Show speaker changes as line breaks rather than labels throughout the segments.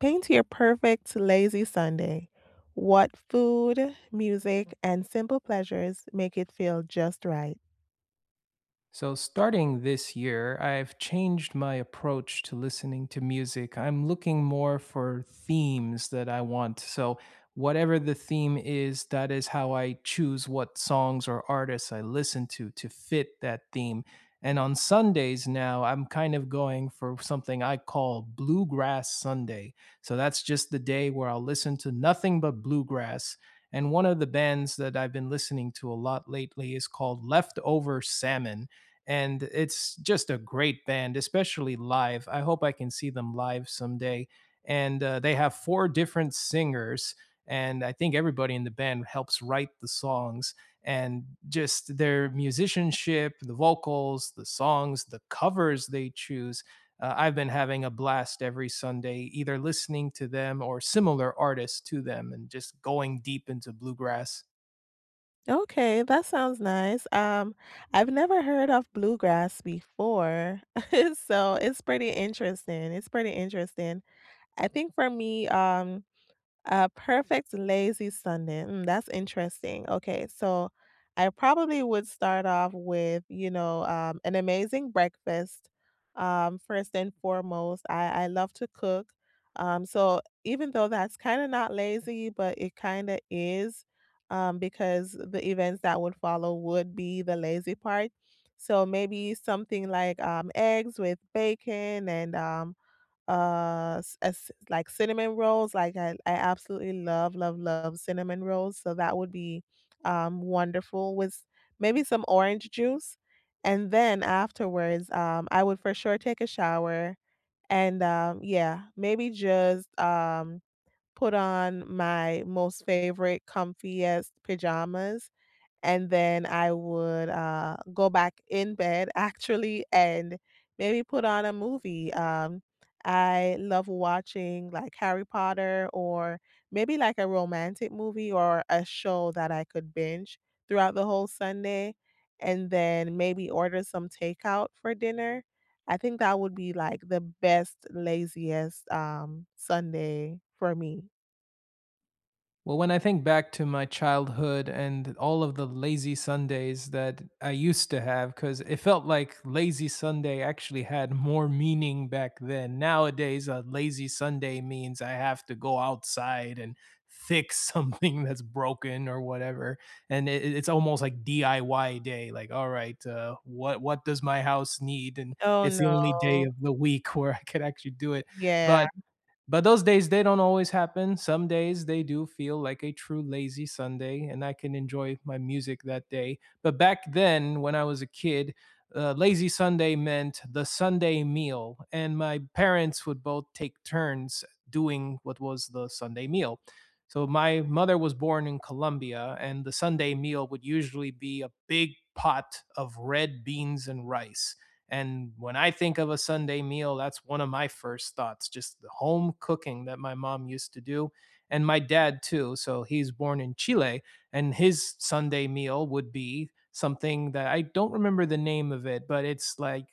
Paint your perfect lazy Sunday. What food, music, and simple pleasures make it feel just right?
So, starting this year, I've changed my approach to listening to music. I'm looking more for themes that I want. So, whatever the theme is, that is how I choose what songs or artists I listen to fit that theme. And on Sundays now, I'm kind of going for something I call Bluegrass Sunday. So, that's just the day where I'll listen to nothing but bluegrass. And one of the bands that I've been listening to a lot lately is called Leftover Salmon, and it's just a great band, especially live. I hope I can see them live someday. And they have four different singers, and I think everybody in the band helps write the songs. And just their musicianship, the vocals, the songs, the covers they choose. I've been having a blast every Sunday, either listening to them or similar artists to them, and just going deep into bluegrass.
Okay, that sounds nice. I've never heard of bluegrass before, so it's pretty interesting. I think for me, a perfect lazy Sunday. Mm, that's interesting. Okay, so I probably would start off with, an amazing breakfast. First and foremost, I love to cook. So even though that's kind of not lazy, but it kind of is, because the events that would follow would be the lazy part. So maybe something like eggs with bacon and as like cinnamon rolls. Like I absolutely love cinnamon rolls, so that would be wonderful with maybe some orange juice. And then afterwards, I would for sure take a shower. And yeah, maybe just put on my most favorite comfiest pajamas. And then I would, go back in bed actually, and maybe put on a movie. I love watching like Harry Potter, or maybe like a romantic movie or a show that I could binge throughout the whole Sunday, and then maybe order some takeout for dinner. I think that would be like the best, laziest, Sunday for me.
Well, when I think back to my childhood and all of the lazy Sundays that I used to have, because it felt like lazy Sunday actually had more meaning back then. Nowadays, a lazy Sunday means I have to go outside and fix something that's broken or whatever. And it's almost like DIY day. Like, all right, what does my house need? And
Oh,
it's the only day
no.
of the week where I could actually do it.
Yeah.
But those days, they don't always happen. Some days, they do feel like a true lazy Sunday, and I can enjoy my music that day. But back then, when I was a kid, lazy Sunday meant the Sunday meal, and my parents would both take turns doing what was the Sunday meal. So my mother was born in Colombia, and the Sunday meal would usually be a big pot of red beans and rice. And when I think of a Sunday meal, that's one of my first thoughts, just the home cooking that my mom used to do. And my dad, too. So he's born in Chile, and his Sunday meal would be something that I don't remember the name of, it, but it's like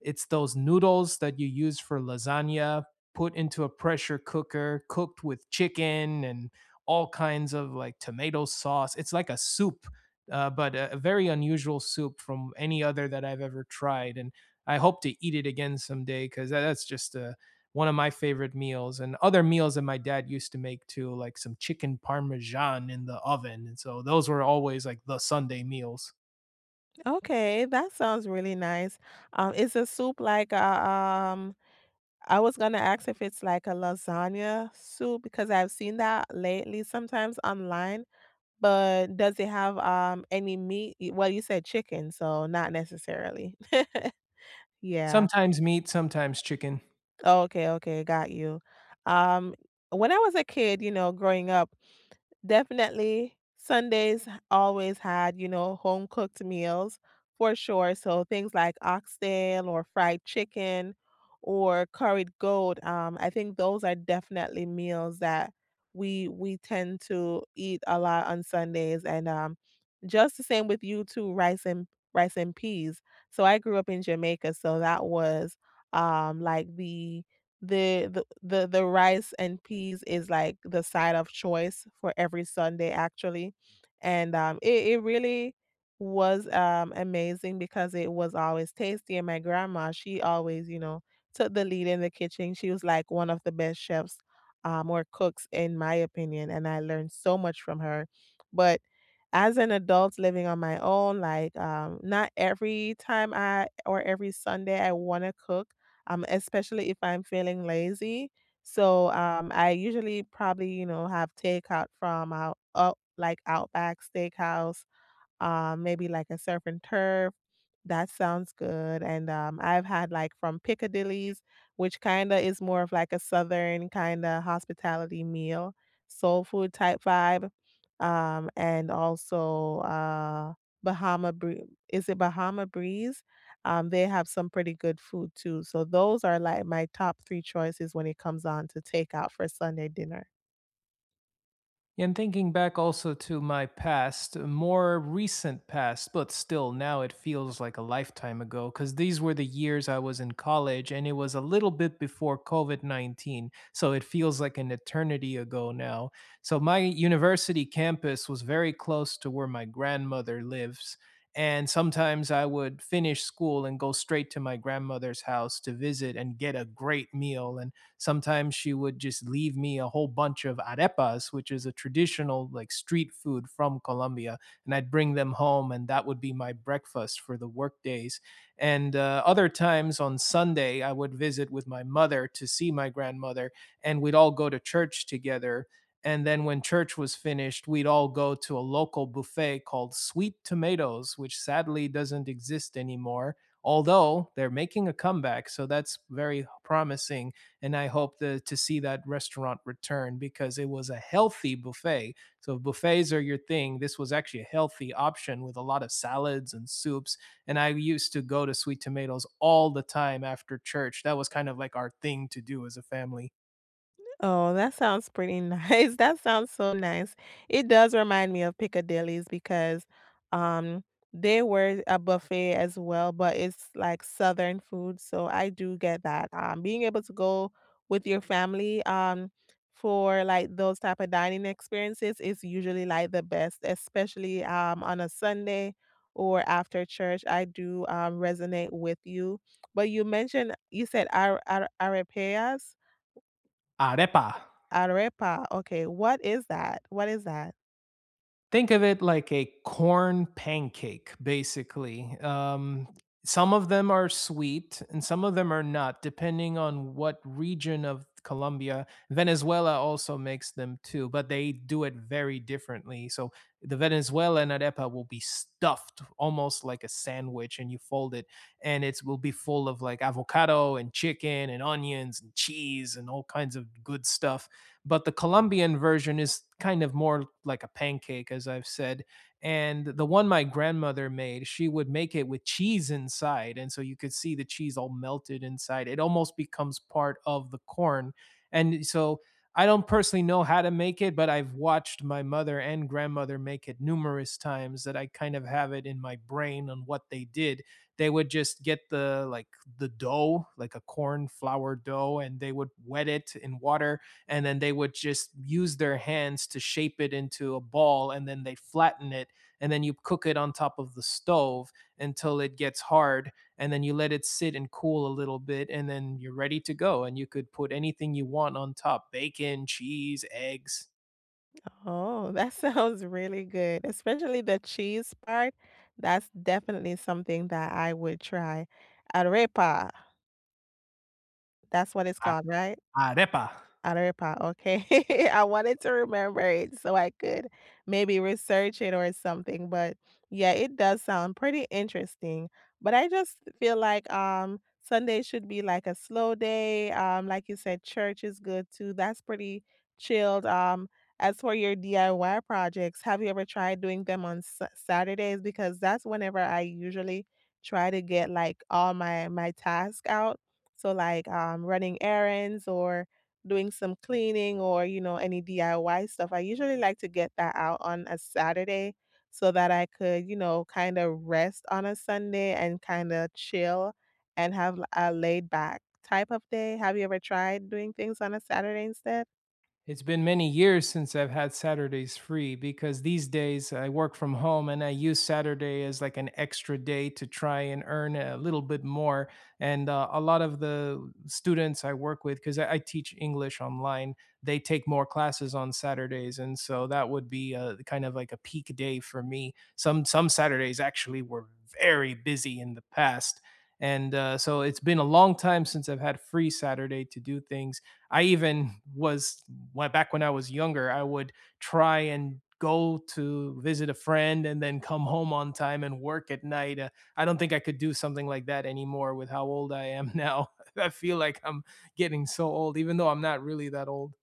it's those noodles that you use for lasagna put into a pressure cooker, cooked with chicken and all kinds of like tomato sauce. It's like a soup. But a very unusual soup from any other that I've ever tried. And I hope to eat it again someday because that's just one of my favorite meals, and other meals that my dad used to make too, like some chicken parmesan in the oven. And so those were always like the Sunday meals.
Okay, that sounds really nice. Is the soup like a, I was gonna ask if it's like a lasagna soup because I've seen that lately sometimes online, but does it have any meat? Well, you said chicken, so not necessarily. Yeah.
Sometimes meat, sometimes chicken.
Okay, okay, got you. Um, when I was a kid, you know, growing up, definitely Sundays always had, you know, home cooked meals for sure. So things like oxtail or fried chicken or curried goat, I think those are definitely meals that we tend to eat a lot on Sundays, and, just the same with you too, rice and rice and peas. So I grew up in Jamaica, so that was, like the rice and peas is, like, the side of choice for every Sunday, actually, and, it really was, amazing because it was always tasty, and my grandma, she always, you know, took the lead in the kitchen. She was, like, one of the best chefs, or cooks in my opinion, and I learned so much from her. But as an adult living on my own, like, not every time I or every Sunday I wanna cook, especially if I'm feeling lazy. So, I usually probably, you know, have takeout from out out like Outback Steakhouse, maybe like a surf and turf. That sounds good. And I've had like from Piccadilly's, which kind of is more of like a southern kind of hospitality meal, soul food type vibe. And also Bahama Bree, is it Bahama Breeze? They have some pretty good food too. So those are like my top three choices when it comes on to takeout for Sunday dinner.
And thinking back also to my past, more recent past, but still now it feels like a lifetime ago because these were the years I was in college and it was a little bit before COVID -19. So it feels like an eternity ago now. So my university campus was very close to where my grandmother lives. And sometimes I would finish school and go straight to my grandmother's house to visit and get a great meal. And sometimes she would just leave me a whole bunch of arepas, which is a traditional like street food from Colombia, and I'd bring them home, and that would be my breakfast for the work days. And other times on Sunday, I would visit with my mother to see my grandmother, and we'd all go to church together. And then when church was finished, we'd all go to a local buffet called Sweet Tomatoes, which sadly doesn't exist anymore, although they're making a comeback. So that's very promising, and I hope to see that restaurant return because it was a healthy buffet. So if buffets are your thing, this was actually a healthy option with a lot of salads and soups. And I used to go to Sweet Tomatoes all the time after church. That was kind of like our thing to do as a family.
Oh, that sounds pretty nice. That sounds so nice. It does remind me of Piccadilly's because um they were a buffet as well, but it's like Southern food, so I do get that. Being able to go with your family for like those type of dining experiences is usually like the best, especially on a Sunday or after church. I do resonate with you. But you mentioned, you said arepas.
Arepa.
Arepa, okay, what is that? What is that?
Think of it like a corn pancake, basically. Some of them are sweet and some of them are not, depending on what region of Colombia. Venezuela also makes them too, but they do it very differently. So the Venezuelan arepa will be stuffed almost like a sandwich, and you fold it, and it will be full of like avocado and chicken and onions and cheese and all kinds of good stuff, but the Colombian version is kind of more like a pancake, as I've said. And the one my grandmother made, she would make it with cheese inside. And so you could see the cheese all melted inside. It almost becomes part of the corn. And so I don't personally know how to make it, but I've watched my mother and grandmother make it numerous times that I kind of have it in my brain on what they did. They would just get the dough, like a corn flour dough, and they would wet it in water, and then they would just use their hands to shape it into a ball, and then they flatten it, and then you cook it on top of the stove until it gets hard, and then you let it sit and cool a little bit, and then you're ready to go, and you could put anything you want on top: bacon, cheese, eggs.
Oh, that sounds really good, especially the cheese part. That's definitely something that I would try. Arepa, that's what it's called, right?
Arepa.
Arepa, okay. I wanted to remember it so I could maybe research it or something, but yeah, it does sound pretty interesting. But I just feel like Sunday should be like a slow day. Like you said, church is good too. That's pretty chilled. As for your DIY projects, have you ever tried doing them on Saturdays? Because that's whenever I usually try to get like all my tasks out. So like running errands or doing some cleaning or, you know, any DIY stuff, I usually like to get that out on a Saturday so that I could, you know, kind of rest on a Sunday and kind of chill and have a laid back type of day. Have you ever tried doing things on a Saturday instead?
It's been many years since I've had Saturdays free because these days I work from home and I use Saturday as like an extra day to try and earn a little bit more. And a lot of the students I work with, because I teach English online, they take more classes on Saturdays, and so that would be kind of like a peak day for me. Some Saturdays actually were very busy in the past. And so it's been a long time since I've had free Saturday to do things. I even was Back when I was younger, I would try and go to visit a friend and then come home on time and work at night. I don't think I could do something like that anymore with how old I am now. I feel like I'm getting so old, even though I'm not really that old.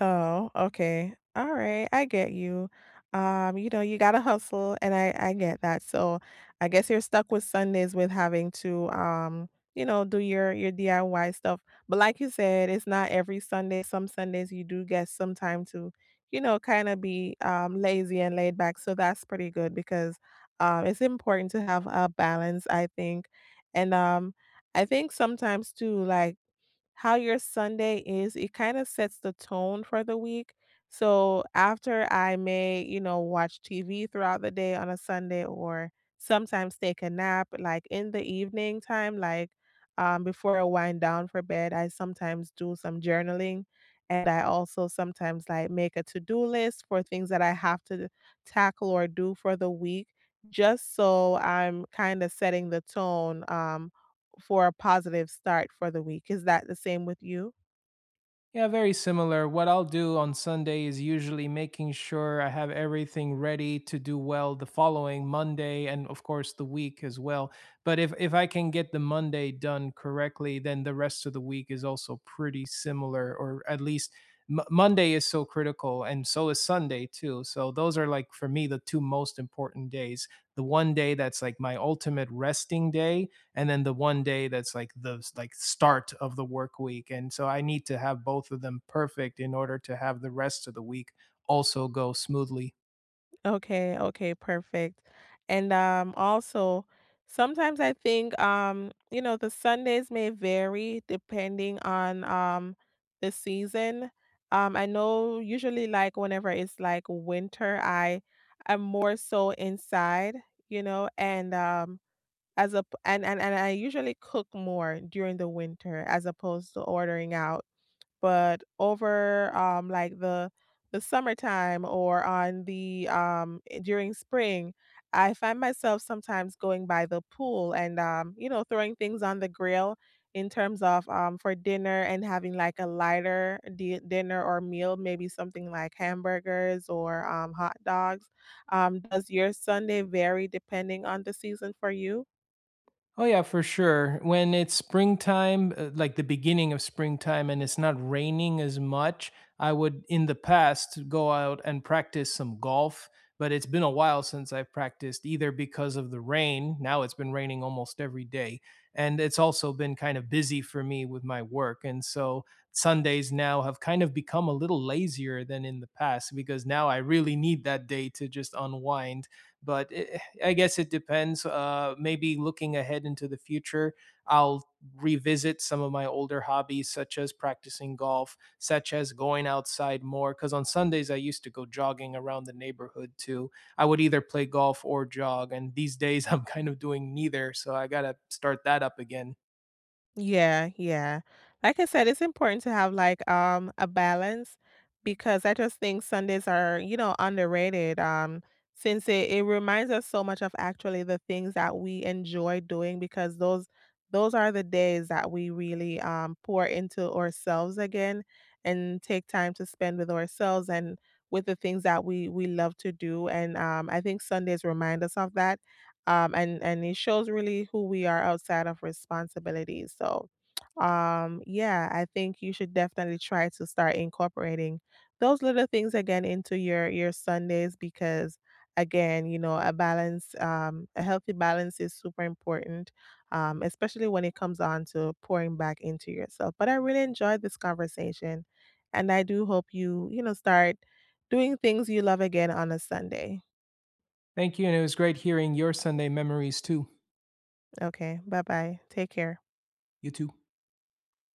Oh, okay. All right. I get you. You know, you gotta hustle and I get that. So I guess you're stuck with Sundays with having to you know, do your DIY stuff. But like you said, it's not every Sunday. Some Sundays you do get some time to, you know, kind of be lazy and laid back. So that's pretty good because it's important to have a balance, I think. And I think sometimes too, like how your Sunday is, it kinda sets the tone for the week. So, after I may, you know, watch TV throughout the day on a Sunday or sometimes take a nap, like, in the evening time, like, before I wind down for bed, I sometimes do some journaling, and I also sometimes, like, make a to-do list for things that I have to tackle or do for the week, just so I'm kinda setting the tone, for a positive start for the week. Is that the same with you?
Yeah, very similar. What I'll do on Sunday is usually making sure I have everything ready to do well the following Monday, and of course the week as well. But if I can get the Monday done correctly, then the rest of the week is also pretty similar, or at least Monday is so critical, and so is Sunday too. So those are like for me the two most important days. The one day that's like my ultimate resting day, and then the one day that's like the like start of the work week. And so I need to have both of them perfect in order to have the rest of the week also go smoothly.
Okay, okay, perfect. And also sometimes I think you know, the Sundays may vary depending on the season. I know usually like whenever it's like winter, I'm more so inside, you know, and and I usually cook more during the winter as opposed to ordering out. But over, like, the summertime or on the, during spring, I find myself sometimes going by the pool and, you know, throwing things on the grill in terms of, for dinner and having, like, a lighter di dinner or meal, maybe something like hamburgers or, hot dogs. Does your Sunday vary depending on the season for you?
Oh yeah, for sure. When it's springtime, like the beginning of springtime and it's not raining as much, I would in the past go out and practice some golf, but it's been a while since I've practiced either because of the rain. Now it's been raining almost every day, and it's also been kind of busy for me with my work. And so Sundays now have kind of become a little lazier than in the past because now I really need that day to just unwind, but I guess it depends. Maybe looking ahead into the future, I'll revisit some of my older hobbies, such as practicing golf, such as going outside more. Because on Sundays, I used to go jogging around the neighborhood too. I would either play golf or jog. And these days, I'm kind of doing neither. So I got to start that up again.
Yeah, yeah. Like I said, it's important to have like a balance, because I just think Sundays are, you know, underrated. Since it reminds us so much of actually the things that we enjoy doing, because those are the days that we really pour into ourselves again and take time to spend with ourselves and with the things that we love to do. And I think Sundays remind us of that, and it shows really who we are outside of responsibilities. So, yeah, I think you should definitely try to start incorporating those little things again into your Sundays, because again, you know, a balance, a healthy balance is super important, especially when it comes on to pouring back into yourself. But I really enjoyed this conversation, and I do hope you, you know start doing things you love again on a Sunday.
Thank you. And it was great hearing your Sunday memories too.
Okay, bye bye. Take care.
You too.